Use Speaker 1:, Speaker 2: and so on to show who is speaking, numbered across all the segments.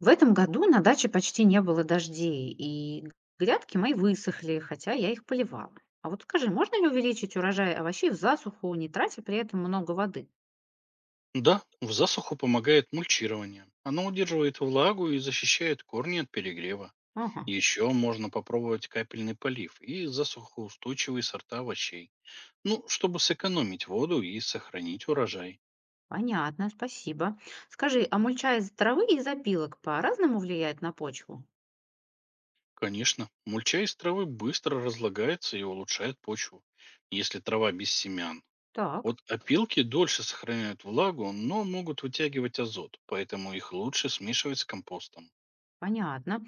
Speaker 1: В этом году на даче почти не было дождей, и грядки мои высохли, хотя я их поливала. А вот скажи, можно ли увеличить урожай овощей в засуху, не тратя при этом много воды?
Speaker 2: Да, в засуху помогает мульчирование. Оно удерживает влагу и защищает корни от перегрева.
Speaker 1: Ага,
Speaker 2: Еще можно попробовать капельный полив и засухоустойчивые сорта овощей. Ну, чтобы сэкономить воду и сохранить урожай.
Speaker 1: понятно, спасибо. Скажи, а мульча из травы и из опилок по-разному влияет на почву?
Speaker 2: Конечно, мульча из травы быстро разлагается и улучшает почву, если трава без семян.
Speaker 1: Так,
Speaker 2: Вот опилки дольше сохраняют влагу, но могут вытягивать азот, поэтому их лучше смешивать с компостом.
Speaker 1: понятно.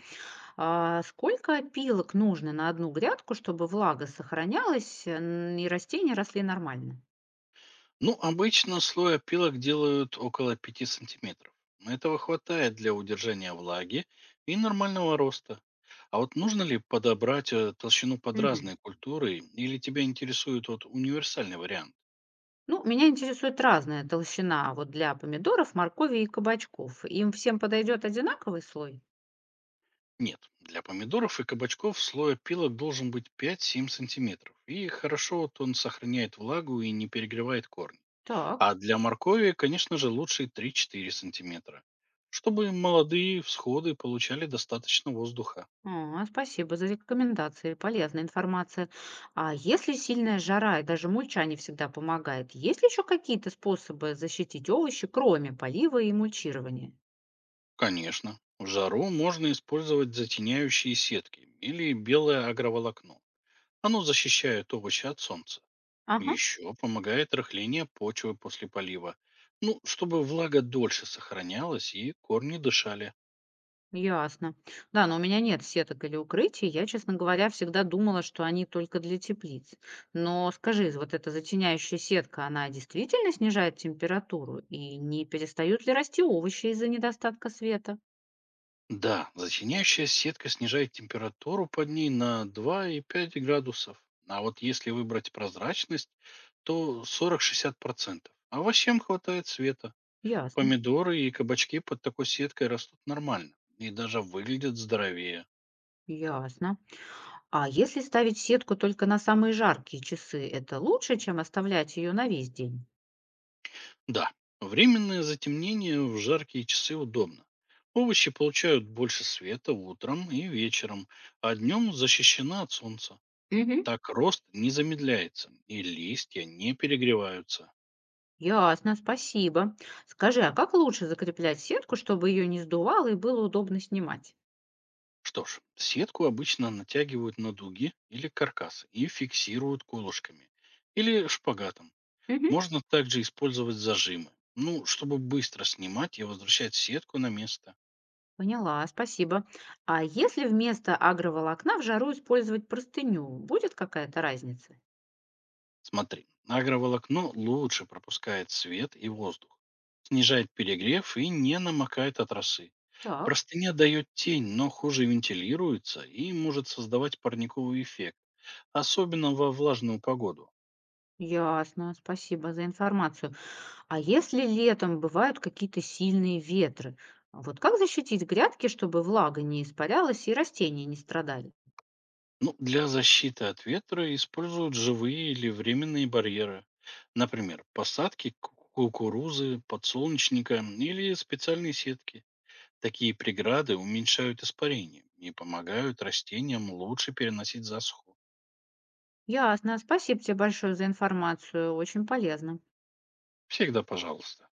Speaker 1: А сколько опилок нужно на одну грядку, чтобы влага сохранялась и растения росли нормально?
Speaker 2: Ну, обычно слой опилок делают около 5 сантиметров. Этого хватает для удержания влаги и нормального роста. А вот нужно ли подобрать толщину под
Speaker 1: Мгм.
Speaker 2: разные культуры, или тебя интересует вот универсальный вариант?
Speaker 1: Ну, меня интересует разная толщина вот для помидоров, моркови и кабачков. Им всем подойдет одинаковый слой?
Speaker 2: Нет, для помидоров и кабачков слой опилок должен быть 5-7 сантиметров. И хорошо вот он сохраняет влагу и не перегревает корни.
Speaker 1: Так.
Speaker 2: А для моркови, конечно же, лучше 3-4 сантиметра, чтобы молодые всходы получали достаточно воздуха.
Speaker 1: А, спасибо за рекомендации, полезная информация. А если сильная жара и даже мульча не всегда помогает, есть ли еще какие-то способы защитить овощи, кроме полива и мульчирования?
Speaker 2: Конечно. В жару можно использовать затеняющие сетки или белое агроволокно. Оно защищает овощи от солнца.
Speaker 1: Ага.
Speaker 2: Еще помогает рыхление почвы после полива. Ну, чтобы влага дольше сохранялась и корни дышали.
Speaker 1: Ясно. Да, но у меня нет сеток или укрытий. Я, честно говоря, всегда думала, что они только для теплиц. Но скажи, вот эта затеняющая сетка, она действительно снижает температуру? И не перестают ли расти овощи из-за недостатка света?
Speaker 2: Да, затеняющая сетка снижает температуру под ней на 2 и 5 градусов. А вот если выбрать прозрачность, то 40-60%. Овощам хватает света.
Speaker 1: Ясно.
Speaker 2: Помидоры и кабачки под такой сеткой растут нормально и даже выглядят здоровее.
Speaker 1: Ясно. А если ставить сетку только на самые жаркие часы, это лучше, чем оставлять ее на весь день?
Speaker 2: Да, временное затемнение в жаркие часы удобно. Овощи получают больше света утром и вечером, а днем защищена от солнца.
Speaker 1: Мгм.
Speaker 2: Так рост не замедляется и листья не перегреваются.
Speaker 1: Ясно, спасибо. Скажи, а как лучше закреплять сетку, чтобы ее не сдувало и было удобно снимать?
Speaker 2: Что ж, сетку обычно натягивают на дуги или каркас и фиксируют колышками или шпагатом.
Speaker 1: Мгм.
Speaker 2: Можно также использовать зажимы. Ну, чтобы быстро снимать и возвращать сетку на место.
Speaker 1: Поняла, спасибо. А если вместо агроволокна в жару использовать простыню, будет какая-то разница?
Speaker 2: Смотри, агроволокно лучше пропускает свет и воздух, снижает перегрев и не намокает от росы.
Speaker 1: Так,
Speaker 2: Простыня дает тень, но хуже вентилируется и может создавать парниковый эффект, особенно во влажную погоду.
Speaker 1: ясно, спасибо за информацию. А если летом бывают какие-то сильные ветры, вот как защитить грядки, чтобы влага не испарялась и растения не страдали?
Speaker 2: Ну, для защиты от ветра используют живые или временные барьеры. Например, посадки кукурузы, подсолнечника или специальные сетки. Такие преграды уменьшают испарение и помогают растениям лучше переносить засуху.
Speaker 1: Ясно, спасибо тебе большое за информацию, очень полезно.
Speaker 2: Всегда пожалуйста.